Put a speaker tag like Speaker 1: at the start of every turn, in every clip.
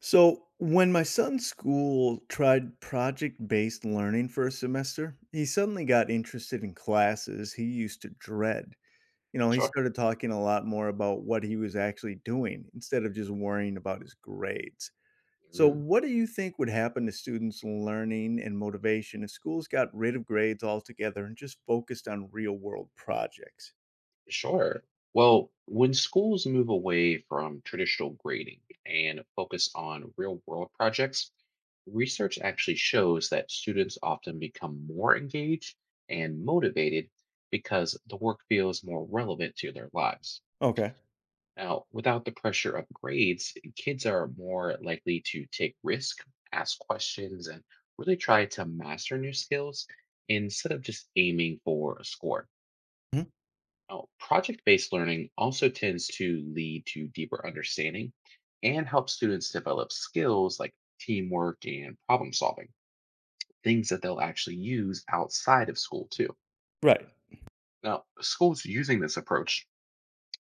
Speaker 1: So, when my son's school tried project based learning for a semester, he suddenly got interested in classes he used to dread. You know, he
Speaker 2: Sure.
Speaker 1: started talking a lot more about what he was actually doing instead of just worrying about his grades. So,
Speaker 2: Mm,
Speaker 1: what do you think would happen to students' learning and motivation if schools got rid of grades altogether and just focused on real world projects?
Speaker 2: sure. Well, when schools move away from traditional grading and focus on real world projects, research actually shows that students often become more engaged and motivated because the work feels more relevant to their lives.
Speaker 1: Okay.
Speaker 2: Now, without the pressure of grades, kids are more likely to take risk, ask questions, and really try to master new skills instead of just aiming for a score.
Speaker 1: Mhm.
Speaker 2: Now, project based learning also tends to lead to deeper understanding and help students develop skills like teamwork and problem solving, things that they'll actually use outside of school too.
Speaker 1: Right.
Speaker 2: Now, schools using this approach,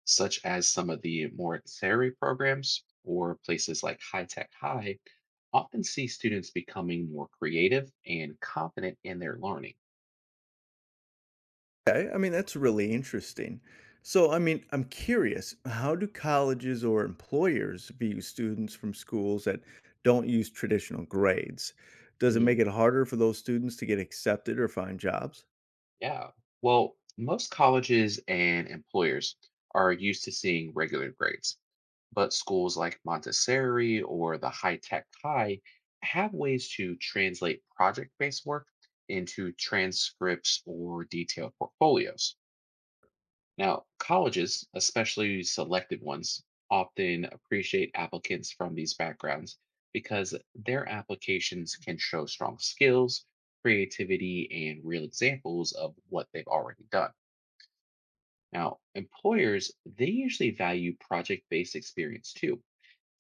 Speaker 2: such as some of the more theory programs or places like High Tech High, often see students becoming more creative and confident in their learning.
Speaker 1: Okay, I mean, that's really interesting. So, I mean, I'm curious, how do colleges or employers view students from schools that don't use traditional grades? Does it make it harder for those students to get accepted or find jobs?
Speaker 2: Yeah. Well, most colleges and employers are used to seeing regular grades, but schools like Montessori or the High Tech High have ways to translate project based work into transcripts or detailed portfolios. Now, colleges, especially selected ones, often appreciate applicants from these backgrounds because their applications can show strong skills, creativity, and real examples of what they've already done. Now, employers, they usually value project based experience too,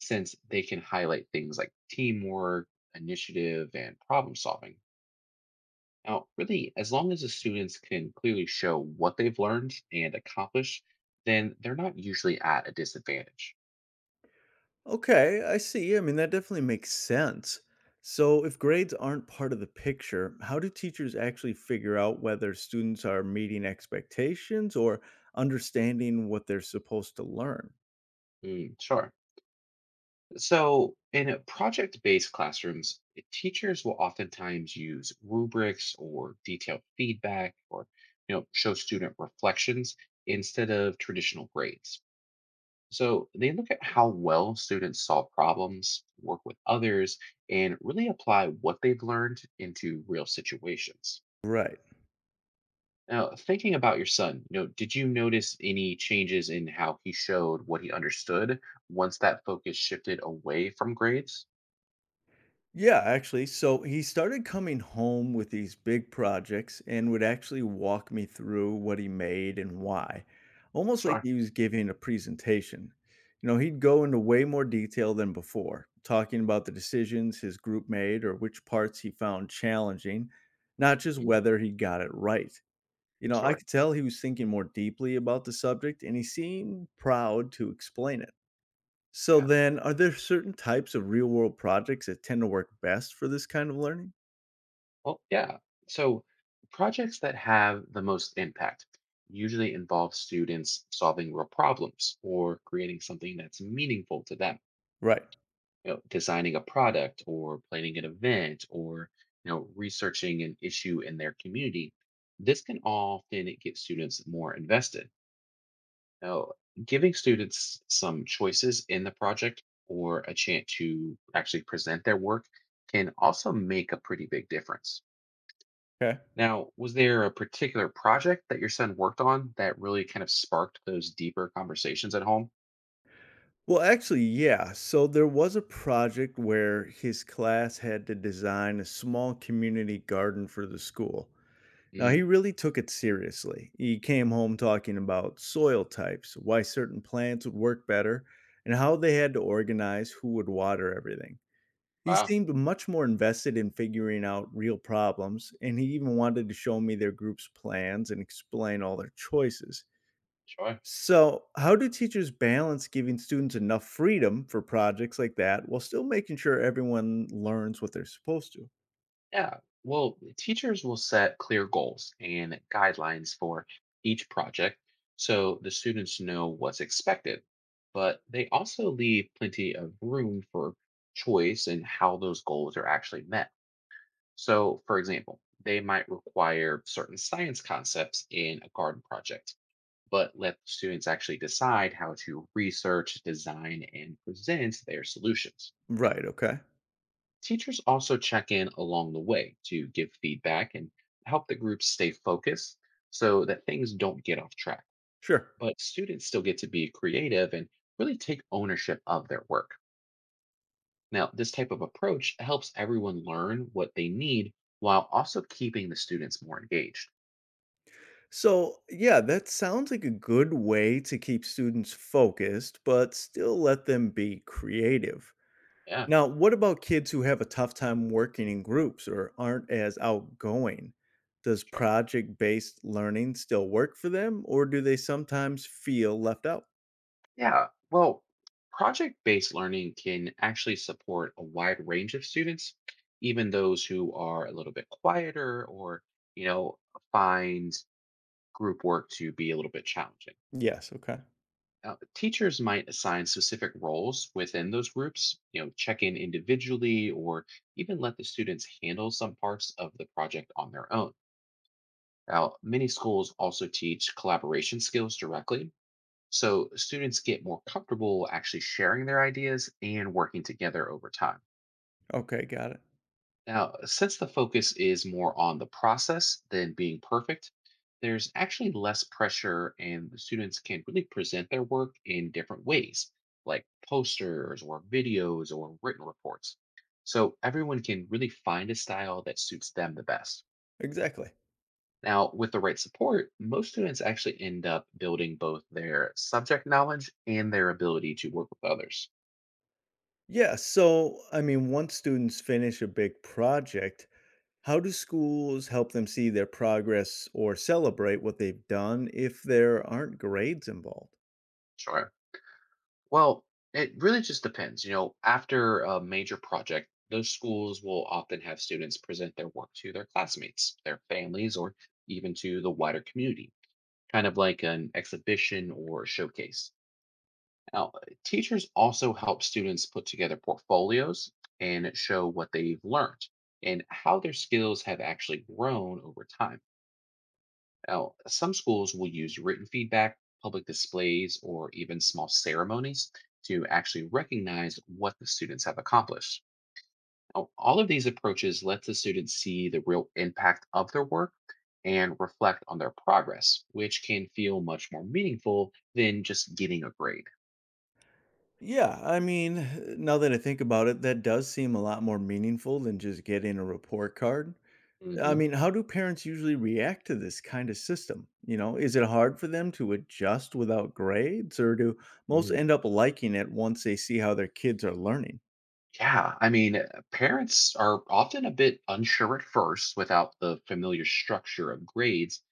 Speaker 2: since they can highlight things like teamwork, initiative, and problem solving. Now, really, as long as the students can clearly show what they've learned and accomplished, then they're not usually at a disadvantage.
Speaker 1: Okay, I see. I mean, that definitely makes sense. So, if grades aren't part of the picture, how do teachers actually figure out whether students are meeting expectations or understanding what they're supposed to learn?
Speaker 2: Sure. So, in project based classrooms, teachers will oftentimes use rubrics or detailed feedback or show student reflections instead of traditional grades. So, they look at how well students solve problems, work with others, and really apply what they've learned into real situations.
Speaker 1: Right.
Speaker 2: Now, thinking about your son, did you notice any changes in how he showed what he understood once that focus shifted away from grades?
Speaker 1: Yeah, actually. So he started coming home with these big projects and would actually walk me through what he made and why, almost like
Speaker 2: Sure.
Speaker 1: he was giving a presentation. You know, he'd go into way more detail than before, talking about the decisions his group made or which parts he found challenging, not just
Speaker 2: Hmm.
Speaker 1: whether he got it right. You know, I
Speaker 2: Sure.
Speaker 1: could tell he was thinking more deeply about the subject and he seemed proud to explain it. So
Speaker 2: Yeah.
Speaker 1: then, are there certain types of real world projects that tend to work best for this kind of learning?
Speaker 2: Well, yeah. So projects that have the most impact usually involve students solving real problems or creating something that's meaningful to them.
Speaker 1: Right.
Speaker 2: You know, designing a product or planning an event or researching an issue in their community. This can often get students more invested. Now, giving students some choices in the project or a chance to actually present their work can also make a pretty big difference.
Speaker 1: Okay.
Speaker 2: Now, was there a particular project that your son worked on that really kind of sparked those deeper conversations at home?
Speaker 1: Well, actually, yeah. So there was a project where his class had to design a small community garden for the school. Now, he
Speaker 2: Mm,
Speaker 1: really took it seriously. He came home talking about soil types, why certain plants would work better, and how they had to organize who would water everything. He
Speaker 2: wow,
Speaker 1: seemed much more invested in figuring out real problems, and he even wanted to show me their group's plans and explain all their choices.
Speaker 2: sure.
Speaker 1: So, how do teachers balance giving students enough freedom for projects like that while still making sure everyone learns what they're supposed to?
Speaker 2: Yeah, well, teachers will set clear goals and guidelines for each project so the students know what's expected. But they also leave plenty of room for choice in how those goals are actually met. So, for example, they might require certain science concepts in a garden project, but let students actually decide how to research, design, and present their solutions.
Speaker 1: Right, okay.
Speaker 2: Teachers also check in along the way to give feedback and help the group stay focused so that things don't get off track.
Speaker 1: Sure.
Speaker 2: But students still get to be creative and really take ownership of their work. Now, this type of approach helps everyone learn what they need while also keeping the students more engaged.
Speaker 1: So, yeah, that sounds like a good way to keep students focused, but still let them be creative.
Speaker 2: Yeah,
Speaker 1: Now, what about kids who have a tough time working in groups or aren't as outgoing? Does
Speaker 2: sure.
Speaker 1: project based learning still work for them, or do they sometimes feel left out?
Speaker 2: Yeah, well, project based learning can actually support a wide range of students, even those who are a little bit quieter or, you know, find group work to be a little bit challenging.
Speaker 1: Yes. Okay.
Speaker 2: Now, teachers might assign specific roles within those groups, check in individually or even let the students handle some parts of the project on their own. Now, many schools also teach collaboration skills directly, so students get more comfortable actually sharing their ideas and working together over time.
Speaker 1: Okay. Got it.
Speaker 2: Now, since the focus is more on the process than being perfect, there's actually less pressure, and the students can really present their work in different ways, like posters or videos or written reports. So everyone can really find a style that suits them the best.
Speaker 1: Exactly.
Speaker 2: Now, with the right support, most students actually end up building both their subject knowledge and their ability to work with others.
Speaker 1: Yeah, so I mean, once students finish a big project, how do schools help them see their progress or celebrate what they've done if there aren't grades involved?
Speaker 2: Sure. Well, it really just depends. You know, after a major project, those schools will often have students present their work to their classmates, their families, or even to the wider community, kind of like an exhibition or showcase. Now, teachers also help students put together portfolios and show what they've learned and how their skills have actually grown over time. Now, some schools will use written feedback, public displays, or even small ceremonies to actually recognize what the students have accomplished. Now, all of these approaches let the students see the real impact of their work and reflect on their progress, which can feel much more meaningful than just getting a grade.
Speaker 1: Yeah, I mean, now that I think about it, that does seem a lot more meaningful than just getting a report card. I
Speaker 2: Mhm.
Speaker 1: mean, how do parents usually react to this kind of system? You know, is it hard for them to adjust without grades, or do most
Speaker 2: Mm.
Speaker 1: end up liking it once they see how their kids are learning?
Speaker 2: Yeah, I mean, parents are often a bit unsure at first without the familiar structure of grades,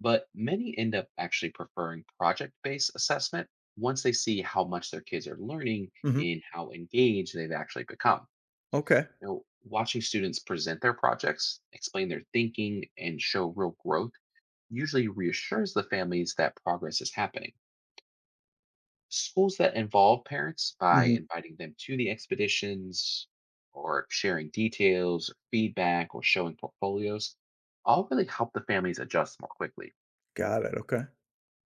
Speaker 2: but many end up actually preferring project based assessment once they see how much their kids are learning
Speaker 1: Hmm.
Speaker 2: and how engaged they've actually become.
Speaker 1: Okay.
Speaker 2: You know, watching students present their projects, explain their thinking, and show real growth usually reassures the families that progress is happening. Schools that involve parents by inviting them to the expeditions or sharing details or feedback or showing portfolios all really help the families adjust more quickly.
Speaker 1: Got it, okay.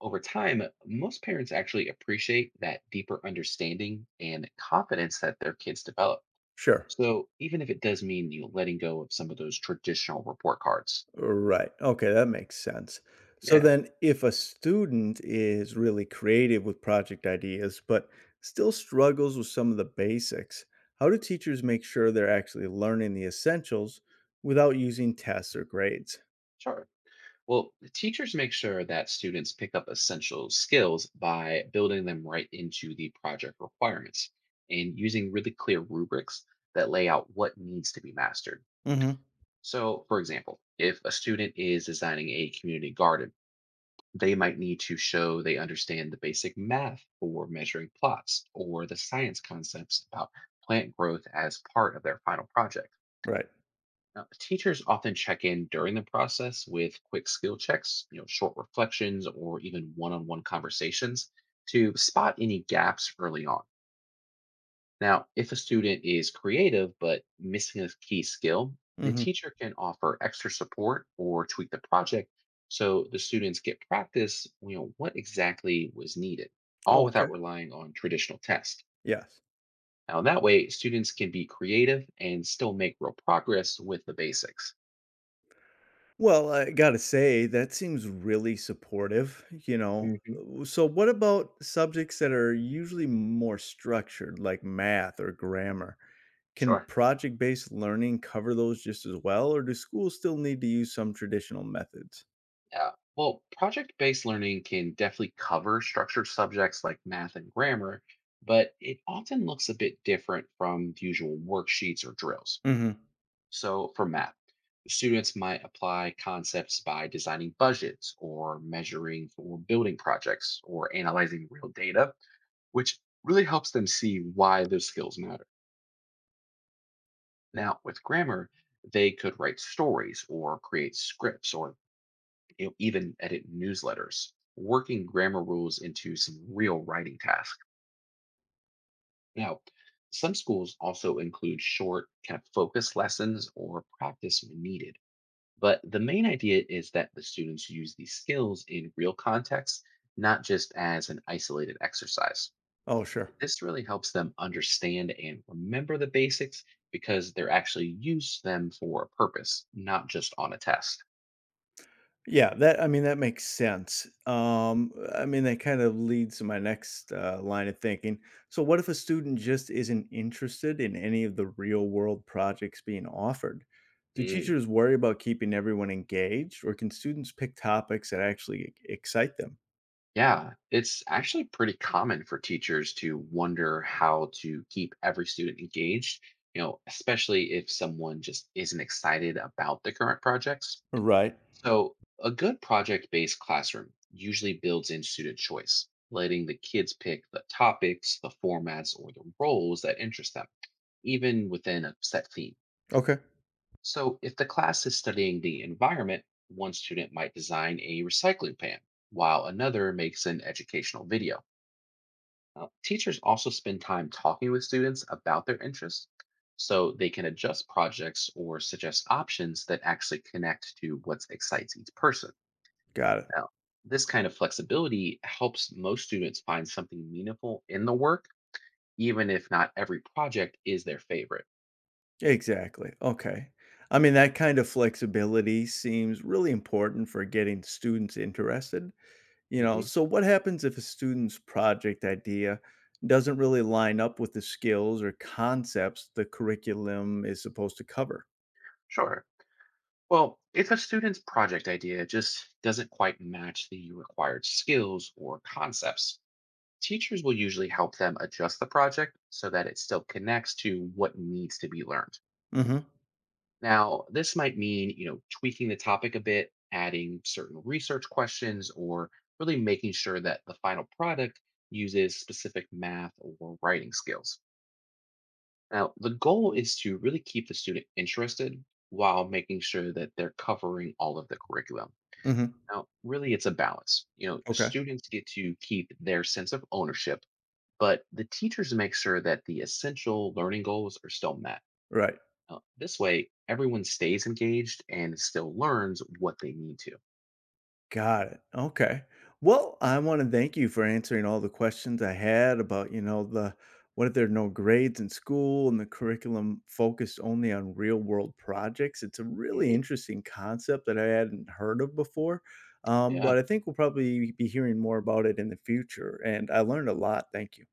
Speaker 2: Over time, most parents actually appreciate that deeper understanding and confidence that their kids develop,
Speaker 1: Sure.
Speaker 2: so even if it does mean letting go of some of those traditional report cards.
Speaker 1: Right. Okay, that makes sense. So
Speaker 2: Yeah.
Speaker 1: then if a student is really creative with project ideas but still struggles with some of the basics, how do teachers make sure they're actually learning the essentials without using tests or grades?
Speaker 2: Sure. Well, teachers make sure that students pick up essential skills by building them right into the project requirements and using really clear rubrics that lay out what needs to be mastered.
Speaker 1: Mhm.
Speaker 2: So, for example, if a student is designing a community garden, they might need to show they understand the basic math for measuring plots or the science concepts about plant growth as part of their final project.
Speaker 1: Right.
Speaker 2: Now, teachers often check in during the process with quick skill checks, short reflections, or even one-on-one conversations to spot any gaps early on. Now, if a student is creative but missing a key skill, the
Speaker 1: Mhm.
Speaker 2: teacher can offer extra support or tweak the project so the students get practice, what exactly was needed,
Speaker 1: Oh,
Speaker 2: all
Speaker 1: okay.
Speaker 2: without relying on traditional tests.
Speaker 1: Yes.
Speaker 2: Now, that way, students can be creative and still make real progress with the basics.
Speaker 1: Well, I gotta say, that seems really supportive, you know?
Speaker 2: Mhm.
Speaker 1: So, what about subjects that are usually more structured, like math or grammar? Can
Speaker 2: Sure.
Speaker 1: project based learning cover those just as well, or do schools still need to use some traditional methods?
Speaker 2: Yeah. Well, project based learning can definitely cover structured subjects like math and grammar, but it often looks a bit different from the usual worksheets or drills.
Speaker 1: Hmm.
Speaker 2: So, for math, students might apply concepts by designing budgets or measuring for building projects or analyzing real data, which really helps them see why those skills matter. Now, with grammar, they could write stories or create scripts or even edit newsletters, working grammar rules into some real writing tasks. Now, some schools also include short, kind of focus lessons or practice when needed. But the main idea is that the students use these skills in real context, not just as an isolated exercise.
Speaker 1: Oh, sure.
Speaker 2: This really helps them understand and remember the basics because they're actually use them for a purpose, not just on a test.
Speaker 1: Yeah, that I mean that makes sense. I mean that kind of leads to my next line of thinking. So, what if a student just isn't interested in any of the real world projects being offered? Do
Speaker 2: Mm.
Speaker 1: teachers worry about keeping everyone engaged, or can students pick topics that actually excite them?
Speaker 2: Yeah, it's actually pretty common for teachers to wonder how to keep every student engaged, especially if someone just isn't excited about the current projects.
Speaker 1: Right.
Speaker 2: So, a good project based classroom usually builds in student choice, letting the kids pick the topics, the formats, or the roles that interest them, even within a set theme.
Speaker 1: Okay,
Speaker 2: So, if the class is studying the environment, one student might design a recycling pan, while another makes an educational video. Teachers also spend time talking with students about their interests so they can adjust projects or suggest options that actually connect to what excites each person.
Speaker 1: got it.
Speaker 2: Now, this kind of flexibility helps most students find something meaningful in the work, even if not every project is their favorite.
Speaker 1: Exactly. Okay. I mean, that kind of flexibility seems really important for getting students interested. You know,
Speaker 2: Mhm.
Speaker 1: so what happens if a student's project idea doesn't really line up with the skills or concepts the curriculum is supposed to cover?
Speaker 2: Sure. Well, if a student's project idea just doesn't quite match the required skills or concepts, teachers will usually help them adjust the project so that it still connects to what needs to be learned.
Speaker 1: Mhm.
Speaker 2: Now, this might mean, tweaking the topic a bit, adding certain research questions, or really making sure that the final product uses specific math or writing skills. Now, the goal is to really keep the student interested while making sure that they're covering all of the curriculum.
Speaker 1: Mhm.
Speaker 2: Now, really, it's a balance. You know,
Speaker 1: Okay.
Speaker 2: students get to keep their sense of ownership but the teachers make sure that the essential learning goals are still met.
Speaker 1: Right.
Speaker 2: This way, everyone stays engaged and still learns what they need to.
Speaker 1: Got it. Okay. Well, I want to thank you for answering all the questions I had about, you know, the what if there are no grades in school and the curriculum focused only on real world projects. It's a really
Speaker 2: Mhm.
Speaker 1: interesting concept that I hadn't heard of before.
Speaker 2: Yeah,
Speaker 1: But I think we'll probably be hearing more about it in the future. And I learned a lot. Thank you.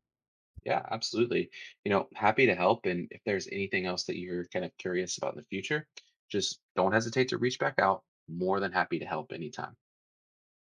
Speaker 2: yeah, absolutely. You know, happy to help. And if there's anything else that you're kind of curious about in the future, just don't hesitate to reach back out. More than happy to help anytime.